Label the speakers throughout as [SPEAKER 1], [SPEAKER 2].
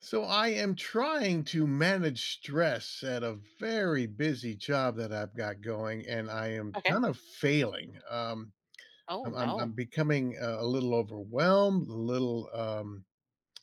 [SPEAKER 1] So I am trying to manage stress at a very busy job that I've got going, and I am
[SPEAKER 2] Okay.
[SPEAKER 1] kind of failing.
[SPEAKER 2] Oh
[SPEAKER 1] I'm
[SPEAKER 2] no.
[SPEAKER 1] becoming a little overwhelmed, a little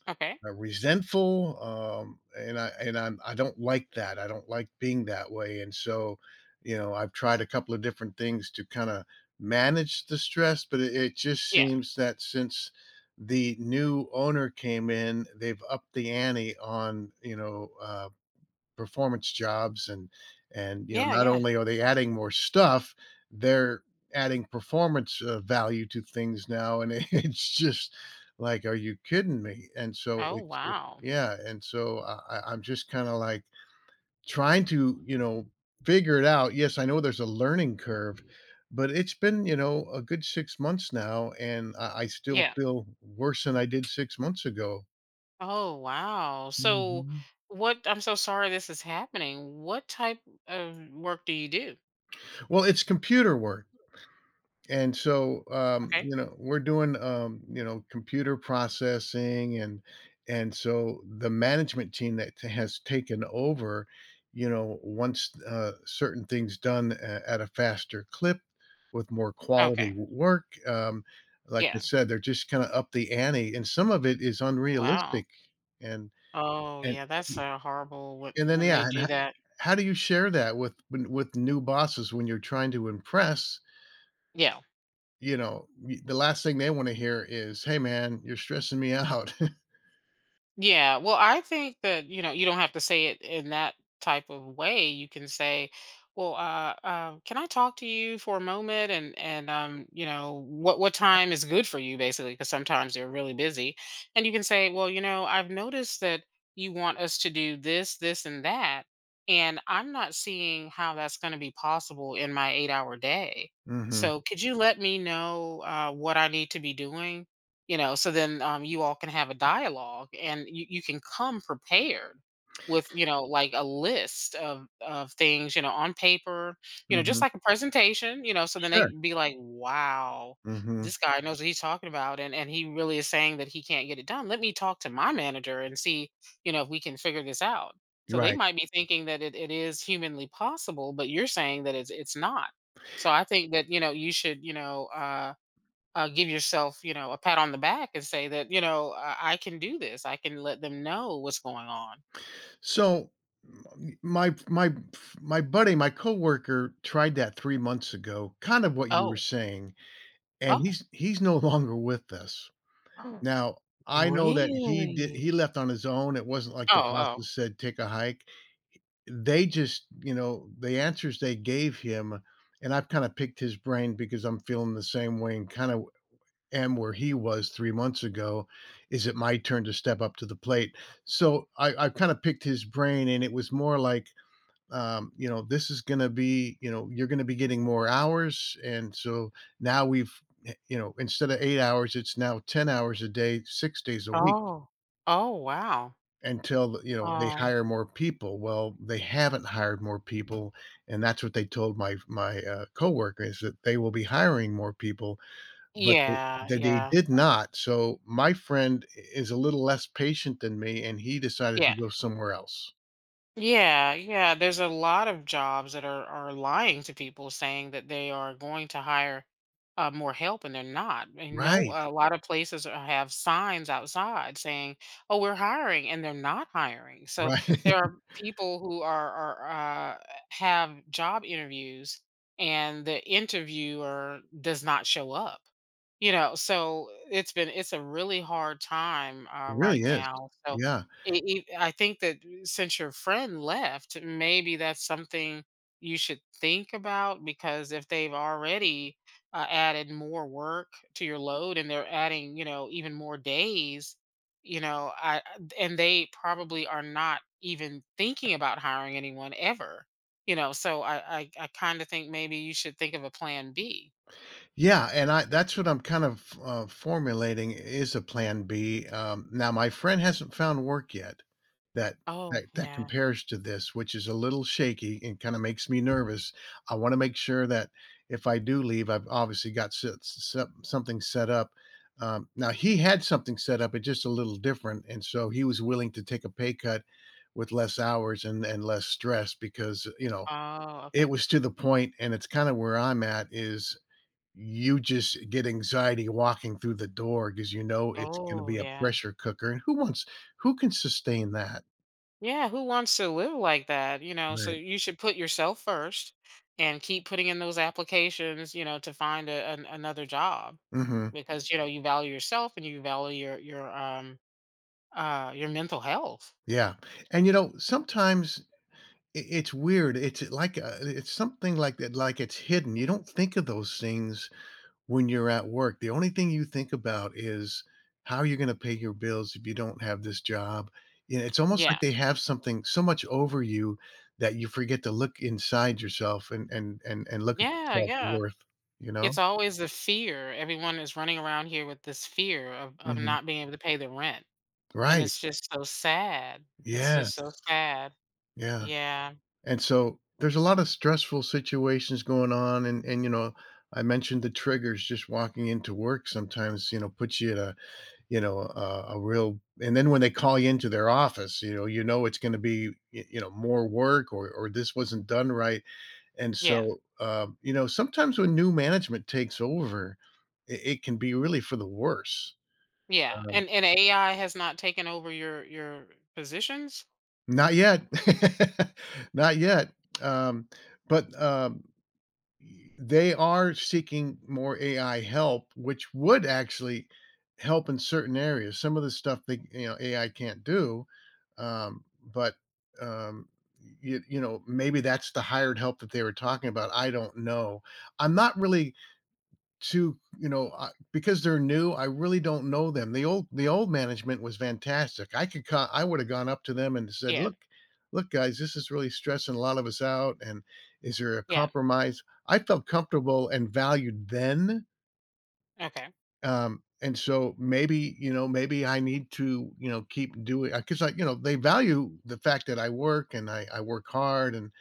[SPEAKER 2] Okay.
[SPEAKER 1] resentful, and I and I'm I don't like that. I don't like being that way, and so I've tried a couple of different things to kinda manage the stress, but it just
[SPEAKER 2] Yeah.
[SPEAKER 1] seems that since the new owner came in, they've upped the ante on, you know, performance jobs and, you know,
[SPEAKER 2] Yeah,
[SPEAKER 1] not
[SPEAKER 2] yeah.
[SPEAKER 1] only are they adding more stuff, they're adding performance, value to things now, and it's just like, "Are you kidding me?" And so
[SPEAKER 2] Oh
[SPEAKER 1] it's it
[SPEAKER 2] wow.
[SPEAKER 1] yeah, and so I'm just kinda, like, trying to, you know, figure it out. Yes, I know there's a learning curve, but it's been, you know, a good 6 months now, and I still
[SPEAKER 2] Yeah.
[SPEAKER 1] feel worse than I did 6 months ago.
[SPEAKER 2] Oh wow. So
[SPEAKER 1] Mhm.
[SPEAKER 2] what I'm so sorry this is happening. What type of work do you do?
[SPEAKER 1] Well, it's computer work. And so,
[SPEAKER 2] Okay.
[SPEAKER 1] you know, we're doing, you know, computer processing and so the management team that has taken over, you know, once certain things done at a faster clip with more quality
[SPEAKER 2] Okay.
[SPEAKER 1] work, like I
[SPEAKER 2] Yeah.
[SPEAKER 1] said, they're just kind of up the ante, and some of it is
[SPEAKER 2] Wow.
[SPEAKER 1] unrealistic, and
[SPEAKER 2] Oh
[SPEAKER 1] and
[SPEAKER 2] yeah, that's horrible what
[SPEAKER 1] and then
[SPEAKER 2] when they
[SPEAKER 1] yeah, and
[SPEAKER 2] do that.
[SPEAKER 1] how do you share that with new bosses when you're trying to impress?
[SPEAKER 2] Yeah.
[SPEAKER 1] You know, y the last thing they wanna hear is, "Hey, man, you're stressing me out."
[SPEAKER 2] Yeah, well, I think that you know you don't have to say it in that type of way. You can say, "Well, can I talk to you for a moment?" And you know what time is good for you, basically, because sometimes they're really busy. And you can say, "Well, you know, I've noticed that you want us to do this, this, and that, and I'm not seeing how that's going to be possible in my 8 hour day.
[SPEAKER 1] Mhm,
[SPEAKER 2] So could you let me know what I need to be doing?" You know, so then you all can have a dialogue, and you can come prepared with, you know, like a list of things, you know, on paper, you know, just
[SPEAKER 1] mhm.
[SPEAKER 2] like a presentation, you know. So then they
[SPEAKER 1] Sure.
[SPEAKER 2] can be like, wow,
[SPEAKER 1] Mhm.
[SPEAKER 2] this guy knows what he's talking about, and he really is saying that he can't get it done. Let me talk to my manager and see, you know, if we can figure this out. So
[SPEAKER 1] You're
[SPEAKER 2] they
[SPEAKER 1] right.
[SPEAKER 2] might be thinking that it is humanly possible, but you're saying that it's not. So I think that, you know, you should, you know, give yourself, you know, a pat on the back and say that, you know, I can do this. I can let them know what's going on.
[SPEAKER 1] So, m my my my buddy, my coworker tried that 3 months ago, kind of what you
[SPEAKER 2] Oh,
[SPEAKER 1] were saying, and
[SPEAKER 2] oh,
[SPEAKER 1] he's no longer with us.
[SPEAKER 2] oh,
[SPEAKER 1] Now, I know that
[SPEAKER 2] really?
[SPEAKER 1] he left on his own, it wasn't like
[SPEAKER 2] Oh,
[SPEAKER 1] the
[SPEAKER 2] oh,
[SPEAKER 1] bosses said, "Take a hike." They just you know, the answers they gave him and I've kinda picked his brain because I'm feeling the same way and kinda am where he was 3 months ago. Is it my turn to step up to the plate? So I kinda picked his brain, and it was more like, you know, this is gonna be you know, you're gonna be getting more hours, and so now we've you know, instead of 8 hours, it's now 10 hours a day, 6 days a week
[SPEAKER 2] oh, oh, wow.
[SPEAKER 1] until, you know, they
[SPEAKER 2] Um,
[SPEAKER 1] hire more people. Well, they haven't hired more people, and that's what they told my coworker is that they will be hiring more people, but they
[SPEAKER 2] yeah,
[SPEAKER 1] they they
[SPEAKER 2] yeah,
[SPEAKER 1] did not, so my friend I is a little less patient than me, and he decided
[SPEAKER 2] yeah.
[SPEAKER 1] to go somewhere else.
[SPEAKER 2] Yeah, yeah. There's a lot of jobs that are lying to people, saying that they are going to hire more help, and they're not. And no,
[SPEAKER 1] Right,
[SPEAKER 2] a lot of places have signs outside saying, "Oh, we're hiring," and they're not hiring. So
[SPEAKER 1] right.
[SPEAKER 2] there are people who are have job interviews, and the interviewer does not show up. You know, so it's a really hard time
[SPEAKER 1] It
[SPEAKER 2] right
[SPEAKER 1] really is.
[SPEAKER 2] now. So
[SPEAKER 1] Yeah.
[SPEAKER 2] E e I think that since your friend left, maybe that's something you should think about, because if they've already added more work to your load, and they're adding, you know, even more days, you know, I and they probably are not even thinking about hiring anyone ever, you know. So I kind of think maybe you should think of a plan B.
[SPEAKER 1] Yeah, and I that's what I'm kind of, formulating is a plan B. Now my friend hasn't found work yet that
[SPEAKER 2] Oh
[SPEAKER 1] that
[SPEAKER 2] yeah.
[SPEAKER 1] compares to this, which is a little shaky and kinda makes me nervous. I wanna make sure that if I do leave, I've obviously got set set something set up. Now he had something set up, it's just a little different, and so he was willing to take a pay cut with less hours and less stress because, you know,
[SPEAKER 2] Oh
[SPEAKER 1] it
[SPEAKER 2] okay.
[SPEAKER 1] was to the point, and it's kinda where I'm at, is you just get anxiety walking through the door because you know it's gonna
[SPEAKER 2] Oh
[SPEAKER 1] be a
[SPEAKER 2] yeah.
[SPEAKER 1] pressure cooker, and who can sustain that?
[SPEAKER 2] Yeah, who wants to live like that? You know, so
[SPEAKER 1] Right.
[SPEAKER 2] you should put yourself first and keep putting in those applications, you know, to find another job,
[SPEAKER 1] Mhm.
[SPEAKER 2] because, you know, you value yourself and you value your your mental health.
[SPEAKER 1] Yeah, and, you know, sometimes I it's weird, it's like, it's something like that like it's hidden, you don't think of those things when you're at work, the only thing you think about is how you're gonna pay your bills if you don't have this job. You know, it's almost like
[SPEAKER 2] Yeah.
[SPEAKER 1] they have something so much over you that you forget to look inside yourself and look at your
[SPEAKER 2] Yeah, yeah.
[SPEAKER 1] self-worth, you
[SPEAKER 2] It's
[SPEAKER 1] know?
[SPEAKER 2] always the fear. Everyone is running around here with this fear of
[SPEAKER 1] Mhm.
[SPEAKER 2] not being able to pay the rent. And
[SPEAKER 1] Right.
[SPEAKER 2] it's just so sad. It's
[SPEAKER 1] Yes.
[SPEAKER 2] just so sad.
[SPEAKER 1] Yeah.
[SPEAKER 2] Yeah.
[SPEAKER 1] And so there's a lot of stressful situations going on and, you know, I mentioned the triggers, just walking into work sometimes, you know, puts you at a you know, a real and then when they call you into their office, you know it's gonna be, y you know, more work or this wasn't done right, and
[SPEAKER 2] Yeah.
[SPEAKER 1] so, you know, sometimes when new management takes over, it can be really for the worse.
[SPEAKER 2] Yeah.
[SPEAKER 1] Um,
[SPEAKER 2] And AI has not taken over your positions.
[SPEAKER 1] Not yet. Not yet. Um, but, um They are seeking more AI help, which would actually help in certain areas. Some of the stuff they you know, AI can't do, um, but, um, you you know, maybe that's the hired help that they were talking about, I don't know. I'm not really to You know, I because they're new, I really don't know them. The old management was fantastic. I could co I would have gone up to them and said,
[SPEAKER 2] Yeah,
[SPEAKER 1] Look, guys, this is really stressing a lot of us out, and is there a
[SPEAKER 2] yeah,
[SPEAKER 1] compromise?" I felt comfortable and valued then,
[SPEAKER 2] okay.
[SPEAKER 1] and so maybe, you know, maybe I need to, you know, keep doing because I, you know, they value the fact that I work and I work hard and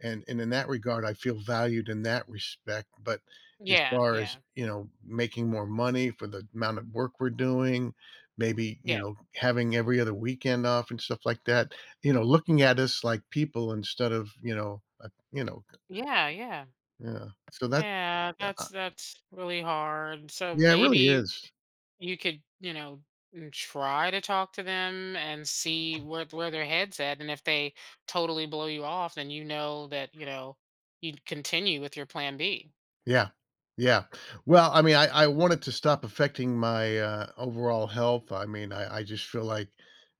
[SPEAKER 1] and and in that regard I feel valued in that respect. But as
[SPEAKER 2] Yeah,
[SPEAKER 1] far as,
[SPEAKER 2] yeah,
[SPEAKER 1] you know, making more money for the amount of work we're doing, maybe, you
[SPEAKER 2] yeah,
[SPEAKER 1] know, having every other weekend off and stuff like that, you know, looking at us like people instead of, you know,
[SPEAKER 2] yeah, yeah.
[SPEAKER 1] yeah. So that
[SPEAKER 2] Yeah, that's
[SPEAKER 1] uh,
[SPEAKER 2] really hard. So
[SPEAKER 1] yeah, it really
[SPEAKER 2] maybe
[SPEAKER 1] is.
[SPEAKER 2] you could, you know, try to talk to them and see where their head's at. And if they totally blow you off, then you know that, you know, you'd continue with your plan B.
[SPEAKER 1] Yeah. Yeah. Well, I mean, I want it to stop affecting my, overall health. I mean, I just feel like,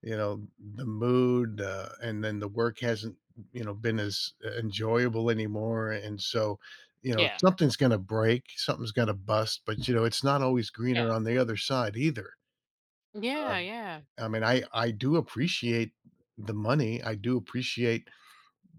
[SPEAKER 1] you know, the mood, and then the work hasn't, you know, been as e enjoyable anymore, and so, you know,
[SPEAKER 2] Yeah,
[SPEAKER 1] something's gonna break, something's gonna bust, but, you know, it's not always
[SPEAKER 2] yeah.
[SPEAKER 1] greener on the other side either.
[SPEAKER 2] Yeah,
[SPEAKER 1] Um,
[SPEAKER 2] yeah.
[SPEAKER 1] I mean, I do appreciate the money. I do appreciate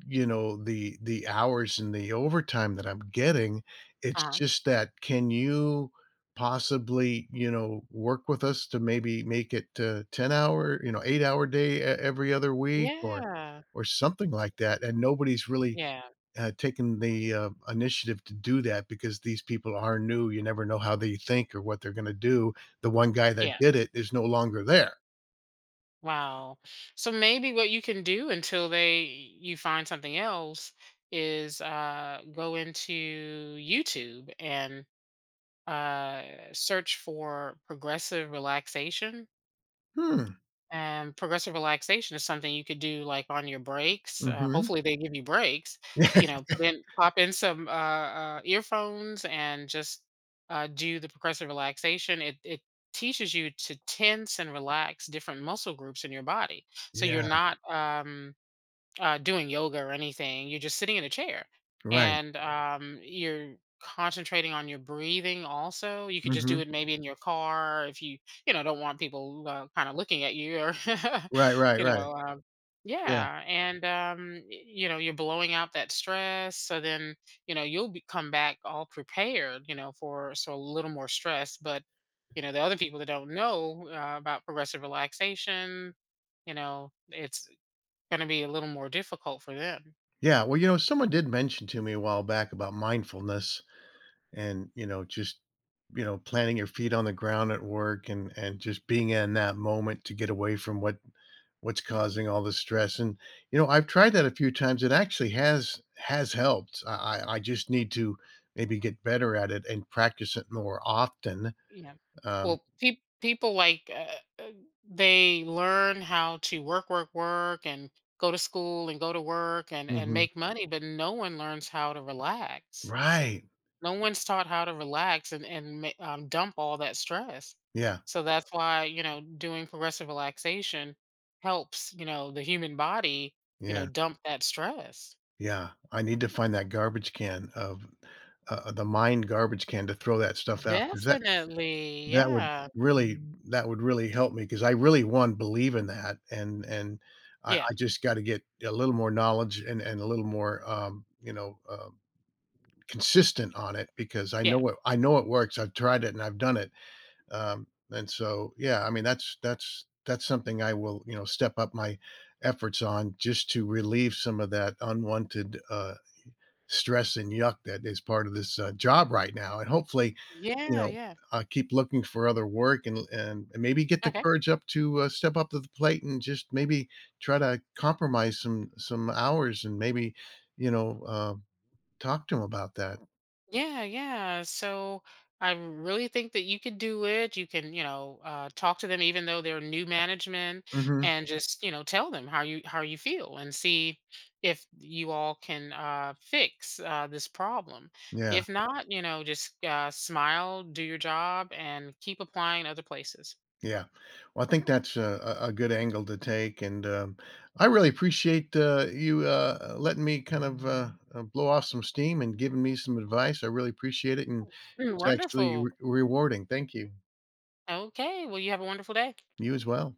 [SPEAKER 1] you know, the hours and the overtime that I'm getting, it's
[SPEAKER 2] Uh-huh.
[SPEAKER 1] just that, can you possibly, you know, work with us to maybe make it a 10 hour, you know, 8-hour day e every other week
[SPEAKER 2] Yeah.
[SPEAKER 1] or something like that, and nobody's really,
[SPEAKER 2] Yeah.
[SPEAKER 1] taken the, initiative to do that because these people are new, you never know how they think or what they're gonna do. The one guy that
[SPEAKER 2] Yeah.
[SPEAKER 1] did it is no longer there.
[SPEAKER 2] Wow. So maybe what you can do until they you find something else is go into YouTube and uh, search for progressive relaxation.
[SPEAKER 1] "Hmm,
[SPEAKER 2] Progressive relaxation is something you could do like on your breaks.
[SPEAKER 1] mhm."
[SPEAKER 2] Hopefully, they give you breaks. You know, put in pop in some earphones and just do the progressive relaxation. It teaches you to tense and relax different muscle groups in your body, so
[SPEAKER 1] Yeah.
[SPEAKER 2] you're not. Doing yoga or anything, you're just sitting in a chair
[SPEAKER 1] Right.
[SPEAKER 2] and you're concentrating on your breathing also. You could just do
[SPEAKER 1] Mhm.
[SPEAKER 2] it maybe in your car if you, you know, don't want people kind of looking at you, or
[SPEAKER 1] Right, right,
[SPEAKER 2] you
[SPEAKER 1] right.
[SPEAKER 2] know,
[SPEAKER 1] Yeah.
[SPEAKER 2] yeah. And, you know, you're blowing out that stress. So then, you know, you'll come back all prepared, you know, for so a little more stress. But, you know, the other people that don't know about progressive relaxation, you know, it's gonna be a little more difficult for them.
[SPEAKER 1] Yeah, well, you know, someone did mention to me a while back about mindfulness and, you know, planting your feet on the ground at work and just being in that moment to get away from what what's causing all the stress. And, you know, I've tried that a few times. It actually has helped. I just need to maybe get better at it and practice it more often.
[SPEAKER 2] Yeah.
[SPEAKER 1] Um,
[SPEAKER 2] Well, people like, uh, they learn how to work, work, work, and go to school and go to work and
[SPEAKER 1] mhm.
[SPEAKER 2] make money, but no one learns how to relax.
[SPEAKER 1] Right.
[SPEAKER 2] No one's taught how to relax and ma dump all that stress.
[SPEAKER 1] Yeah.
[SPEAKER 2] So that's why, you know, doing progressive relaxation helps, you know, the human body, you know,
[SPEAKER 1] Yeah.
[SPEAKER 2] dump that stress.
[SPEAKER 1] Yeah. I need to find that garbage can of the mind garbage can to throw that stuff out because
[SPEAKER 2] Definitely.
[SPEAKER 1] That would
[SPEAKER 2] Yeah.
[SPEAKER 1] really that would really help me because I really, 1, believe in that and I
[SPEAKER 2] Yeah.
[SPEAKER 1] I just gotta get a little more knowledge and a little more, you know, consistent on it because
[SPEAKER 2] Yeah.
[SPEAKER 1] I know it works. I've tried it and I've done it. And so, yeah, I mean, that's something I will, you know, step up my efforts on just to relieve some of that unwanted, stress and yuck that is part of this, job right now, and hopefully, you
[SPEAKER 2] Yeah.
[SPEAKER 1] know,
[SPEAKER 2] Yeah.
[SPEAKER 1] I keep looking for other work and maybe get the
[SPEAKER 2] Okay.
[SPEAKER 1] courage up to, step up to the plate and just maybe try to compromise some hours and maybe, you know, talk to him about that.
[SPEAKER 2] Yeah, yeah. So I really think that you could do it. You can, you know, talk to them even though they're new management,
[SPEAKER 1] Mhm.
[SPEAKER 2] and just you know tell them how you feel, and see if you all can fix this problem.
[SPEAKER 1] Yeah.
[SPEAKER 2] If not, you know, just smile, do your job, and keep applying other places.
[SPEAKER 1] Yeah. Well, I think that's a good angle to take. And I really appreciate you letting me kind of blow off some steam and giving me some advice. I really appreciate it. And it
[SPEAKER 2] Mm,
[SPEAKER 1] was actually
[SPEAKER 2] wonderful.
[SPEAKER 1] rewarding. Thank you.
[SPEAKER 2] Okay. Well, you have a wonderful day.
[SPEAKER 1] You as well.